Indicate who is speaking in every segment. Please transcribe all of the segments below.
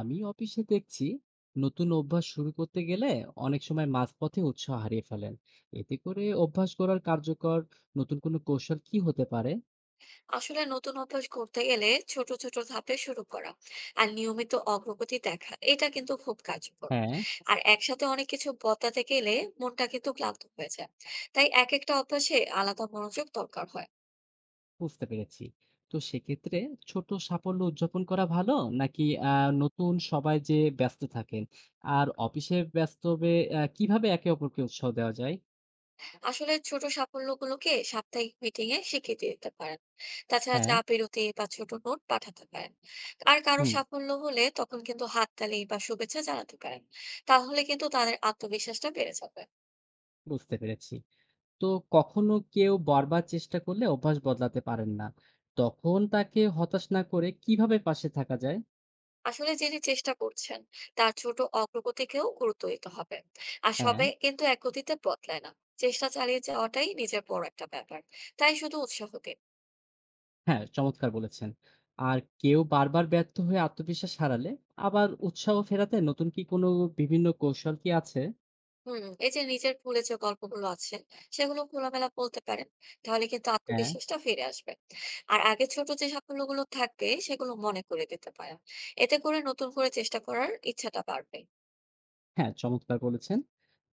Speaker 1: আমি অফিসে দেখছি নতুন অভ্যাস শুরু করতে গেলে অনেক সময় মাঝপথে উৎসাহ হারিয়ে ফেলেন। এতে করে অভ্যাস করার কার্যকর নতুন কোনো কৌশল কি হতে পারে?
Speaker 2: আসলে নতুন অভ্যাস করতে গেলে ছোট ছোট ধাপে শুরু করা আর নিয়মিত অগ্রগতি দেখা এটা কিন্তু খুব কার্যকর।
Speaker 1: হ্যাঁ,
Speaker 2: আর একসাথে অনেক কিছু বদলাতে গেলে মনটা কিন্তু ক্লান্ত হয়ে যায়। তাই এক একটা অভ্যাসে আলাদা মনোযোগ দরকার হয়।
Speaker 1: বুঝতে পেরেছি। তো সেক্ষেত্রে ছোট সাফল্য উদযাপন করা ভালো নাকি নতুন সবাই যে ব্যস্ত থাকেন আর অফিসে ব্যস্ত হবে, কিভাবে একে অপরকে উৎসাহ দেওয়া যায়?
Speaker 2: আসলে ছোট সাফল্যগুলোকে সাপ্তাহিক মিটিং এ স্বীকৃতি দিতে পারেন। তাছাড়া চা
Speaker 1: হ্যাঁ।
Speaker 2: বিরতি বা ছোট নোট পাঠাতে পারেন। আর কারো
Speaker 1: হুম।
Speaker 2: সাফল্য হলে তখন কিন্তু হাততালি বা শুভেচ্ছা জানাতে পারেন। তাহলে কিন্তু তাদের আত্মবিশ্বাসটা বেড়ে যাবে।
Speaker 1: বুঝতে পেরেছি। তো কখনো কেউ বারবার চেষ্টা করলে অভ্যাস বদলাতে পারেন না। তখন তাকে হতাশ না করে কিভাবে পাশে থাকা যায়?
Speaker 2: আসলে যিনি চেষ্টা করছেন, তার ছোট অগ্রগতিকেও গুরুত্ব দিতে হবে। আর
Speaker 1: হ্যাঁ,
Speaker 2: সবাই কিন্তু এক গতিতে বদলায় না। চেষ্টা চালিয়ে যাওয়াটাই নিজের বড় একটা ব্যাপার, তাই শুধু উৎসাহ দিন।
Speaker 1: হ্যাঁ, চমৎকার বলেছেন। আর কেউ বারবার ব্যর্থ হয়ে আত্মবিশ্বাস হারালে আবার উৎসাহ ফেরাতে নতুন কি কোনো বিভিন্ন কৌশল কি আছে?
Speaker 2: এই যে নিজের ভুলে যে গল্পগুলো আছে, সেগুলো খোলামেলা বলতে পারেন। তাহলে কিন্তু
Speaker 1: হ্যাঁ,
Speaker 2: আত্মবিশ্বাসটা ফিরে আসবে। আর আগে ছোট যে সাফল্যগুলো থাকবে সেগুলো মনে করে দিতে পারেন। এতে করে নতুন করে চেষ্টা করার ইচ্ছাটা বাড়বে।
Speaker 1: হ্যাঁ, চমৎকার বলেছেন।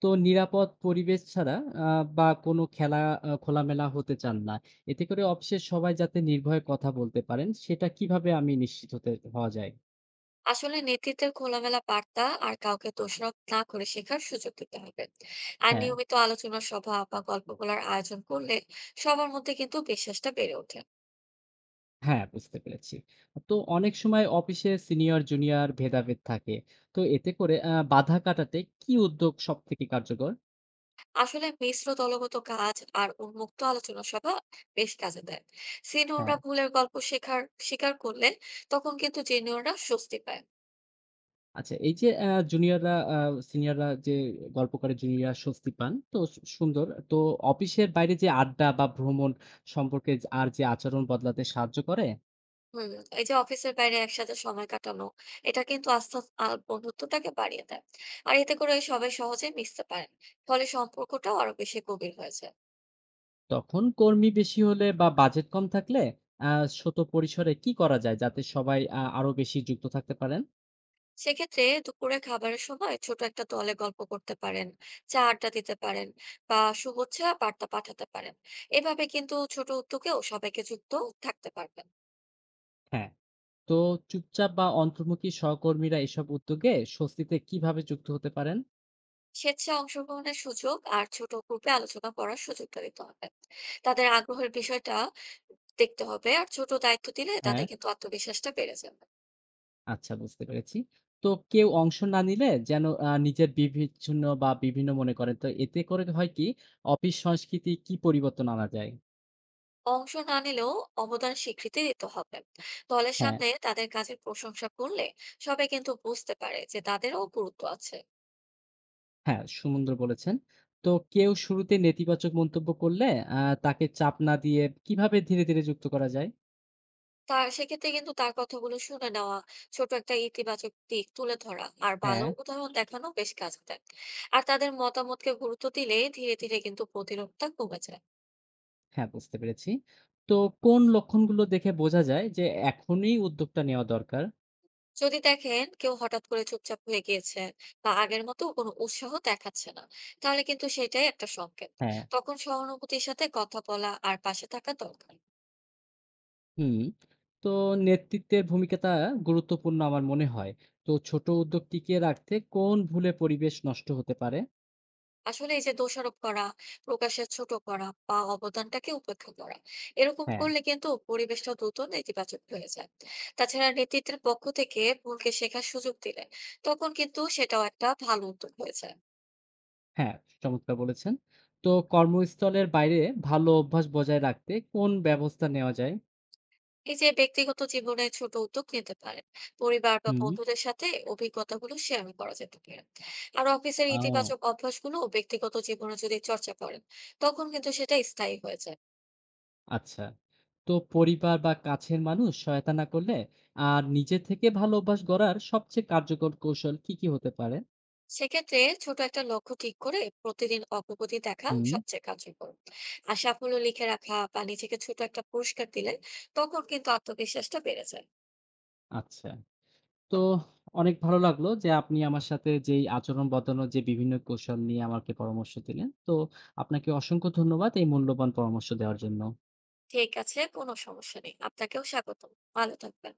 Speaker 1: তো নিরাপদ পরিবেশ ছাড়া আ বা কোনো খেলা খোলামেলা হতে চান না। এতে করে অফিসের সবাই যাতে নির্ভয়ে কথা বলতে পারেন সেটা কিভাবে আমি নিশ্চিত হতে হওয়া যায়?
Speaker 2: আসলে নেতৃত্বের খোলামেলা বার্তা আর কাউকে দোষারোপ না করে শেখার সুযোগ দিতে হবে। আর
Speaker 1: হ্যাঁ।
Speaker 2: নিয়মিত আলোচনা সভা বা গল্প বলার আয়োজন করলে সবার মধ্যে কিন্তু বিশ্বাসটা বেড়ে ওঠে।
Speaker 1: হ্যাঁ, বুঝতে পেরেছি। তো অনেক সময় অফিসে সিনিয়র জুনিয়র ভেদাভেদ থাকে। তো এতে করে বাধা কাটাতে কি উদ্যোগ সবথেকে কার্যকর?
Speaker 2: আসলে মিশ্র দলগত কাজ আর উন্মুক্ত আলোচনা সভা বেশ কাজে দেয়।
Speaker 1: হ্যাঁ,
Speaker 2: সিনিয়ররা ভুলের গল্প শেখার স্বীকার করলে তখন কিন্তু জুনিয়ররা স্বস্তি পায়।
Speaker 1: আচ্ছা এই যে জুনিয়ররা সিনিয়ররা যে গল্প করে জুনিয়ররা স্বস্তি পান। তো সুন্দর। তো অফিসের বাইরে যে আড্ডা বা ভ্রমণ সম্পর্কে আর যে আচরণ বদলাতে সাহায্য করে,
Speaker 2: হুম, এই যে অফিসের বাইরে একসাথে সময় কাটানো, এটা কিন্তু আস্থা আর বন্ধুত্বটাকে বাড়িয়ে দেয়। আর এতে করে সবাই সহজে মিশতে পারেন। ফলে সম্পর্কটাও আরো বেশি গভীর হয়েছে।
Speaker 1: তখন কর্মী বেশি হলে বা বাজেট কম থাকলে আ ছোট পরিসরে কি করা যায় যাতে সবাই আরো বেশি যুক্ত থাকতে পারেন?
Speaker 2: সেক্ষেত্রে দুপুরে খাবারের সময় ছোট একটা দলে গল্প করতে পারেন, চা আড্ডা দিতে পারেন বা শুভেচ্ছা বার্তা পাঠাতে পারেন। এভাবে কিন্তু ছোট উদ্যোগেও সবাইকে যুক্ত থাকতে পারবেন।
Speaker 1: হ্যাঁ। তো চুপচাপ বা অন্তর্মুখী সহকর্মীরা এসব উদ্যোগে স্বস্তিতে কিভাবে যুক্ত হতে পারেন?
Speaker 2: স্বেচ্ছায় অংশগ্রহণের সুযোগ আর ছোট গ্রুপে আলোচনা করার সুযোগটা দিতে হবে। তাদের আগ্রহের বিষয়টা দেখতে হবে, আর ছোট দায়িত্ব দিলে
Speaker 1: হ্যাঁ,
Speaker 2: তাদের কিন্তু আত্মবিশ্বাসটা বেড়ে যাবে।
Speaker 1: আচ্ছা বুঝতে পেরেছি। তো কেউ অংশ না নিলে যেন নিজের বিভিচ্ছিন্ন বা বিভিন্ন মনে করেন। তো এতে করে হয় কি অফিস সংস্কৃতি কি পরিবর্তন আনা যায়?
Speaker 2: অংশ না নিলেও অবদান স্বীকৃতি দিতে হবে। দলের
Speaker 1: হ্যাঁ,
Speaker 2: সামনে তাদের কাজের প্রশংসা করলে সবাই কিন্তু বুঝতে পারে যে তাদেরও গুরুত্ব আছে।
Speaker 1: হ্যাঁ সুমুন্দর বলেছেন। তো কেউ শুরুতে নেতিবাচক মন্তব্য করলে তাকে চাপ না দিয়ে কিভাবে ধীরে ধীরে যুক্ত করা যায়?
Speaker 2: তার সেক্ষেত্রে কিন্তু তার কথাগুলো শুনে নেওয়া, ছোট একটা ইতিবাচক দিক তুলে ধরা আর ভালো
Speaker 1: হ্যাঁ,
Speaker 2: উদাহরণ দেখানো বেশ কাজে দেয়। আর তাদের মতামতকে গুরুত্ব দিলে ধীরে ধীরে কিন্তু প্রতিরোধটা কমে যায়।
Speaker 1: হ্যাঁ বুঝতে পেরেছি। তো কোন লক্ষণগুলো দেখে বোঝা যায় যে এখনই উদ্যোগটা নেওয়া দরকার?
Speaker 2: যদি দেখেন কেউ হঠাৎ করে চুপচাপ হয়ে গিয়েছে বা আগের মতো কোনো উৎসাহ দেখাচ্ছে না, তাহলে কিন্তু সেটাই একটা সংকেত।
Speaker 1: হ্যাঁ।
Speaker 2: তখন সহানুভূতির সাথে কথা বলা আর পাশে থাকা দরকার।
Speaker 1: হুম। তো নেতৃত্বের ভূমিকাটা গুরুত্বপূর্ণ আমার মনে হয়। তো ছোট উদ্যোগ টিকিয়ে রাখতে কোন ভুলে পরিবেশ নষ্ট হতে পারে?
Speaker 2: আসলে এই যে দোষারোপ করা, প্রকাশের ছোট করা বা অবদানটাকে উপেক্ষা করা, এরকম
Speaker 1: হ্যাঁ,
Speaker 2: করলে কিন্তু পরিবেশটা দ্রুত নেতিবাচক হয়ে যায়। তাছাড়া নেতৃত্বের পক্ষ থেকে ভুলকে শেখার সুযোগ দিলে তখন কিন্তু সেটাও একটা ভালো উদ্যোগ হয়ে যায়।
Speaker 1: হ্যাঁ, চমৎকার বলেছেন। তো কর্মস্থলের বাইরে ভালো অভ্যাস বজায় রাখতে কোন ব্যবস্থা নেওয়া যায়?
Speaker 2: এই যে ব্যক্তিগত জীবনে ছোট উদ্যোগ নিতে পারেন, পরিবার বা
Speaker 1: হুম,
Speaker 2: বন্ধুদের সাথে অভিজ্ঞতাগুলো শেয়ার করা যেতে পারে। আর অফিসের
Speaker 1: ও
Speaker 2: ইতিবাচক অভ্যাসগুলো ব্যক্তিগত জীবনে যদি চর্চা করেন, তখন কিন্তু সেটা স্থায়ী হয়ে যায়।
Speaker 1: আচ্ছা। তো পরিবার বা কাছের মানুষ সহায়তা না করলে আর নিজে থেকে ভালো অভ্যাস গড়ার সবচেয়ে কার্যকর কৌশল কি হতে পারে?
Speaker 2: সেক্ষেত্রে ছোট একটা লক্ষ্য ঠিক করে প্রতিদিন অগ্রগতি দেখা
Speaker 1: হুম,
Speaker 2: সবচেয়ে কার্যকর। আর সাফল্য লিখে রাখা বা নিজেকে ছোট একটা পুরস্কার দিলে তখন কিন্তু আত্মবিশ্বাসটা বেড়ে যায়।
Speaker 1: আচ্ছা। তো অনেক ভালো লাগলো যে আপনি আমার সাথে আচরণ বদলানোর যে বিভিন্ন কৌশল নিয়ে আমাকে পরামর্শ দিলেন। তো আপনাকে অসংখ্য ধন্যবাদ এই মূল্যবান পরামর্শ দেওয়ার জন্য।
Speaker 2: ঠিক আছে, কোনো সমস্যা নেই, আপনাকেও স্বাগতম। ভালো থাকবেন।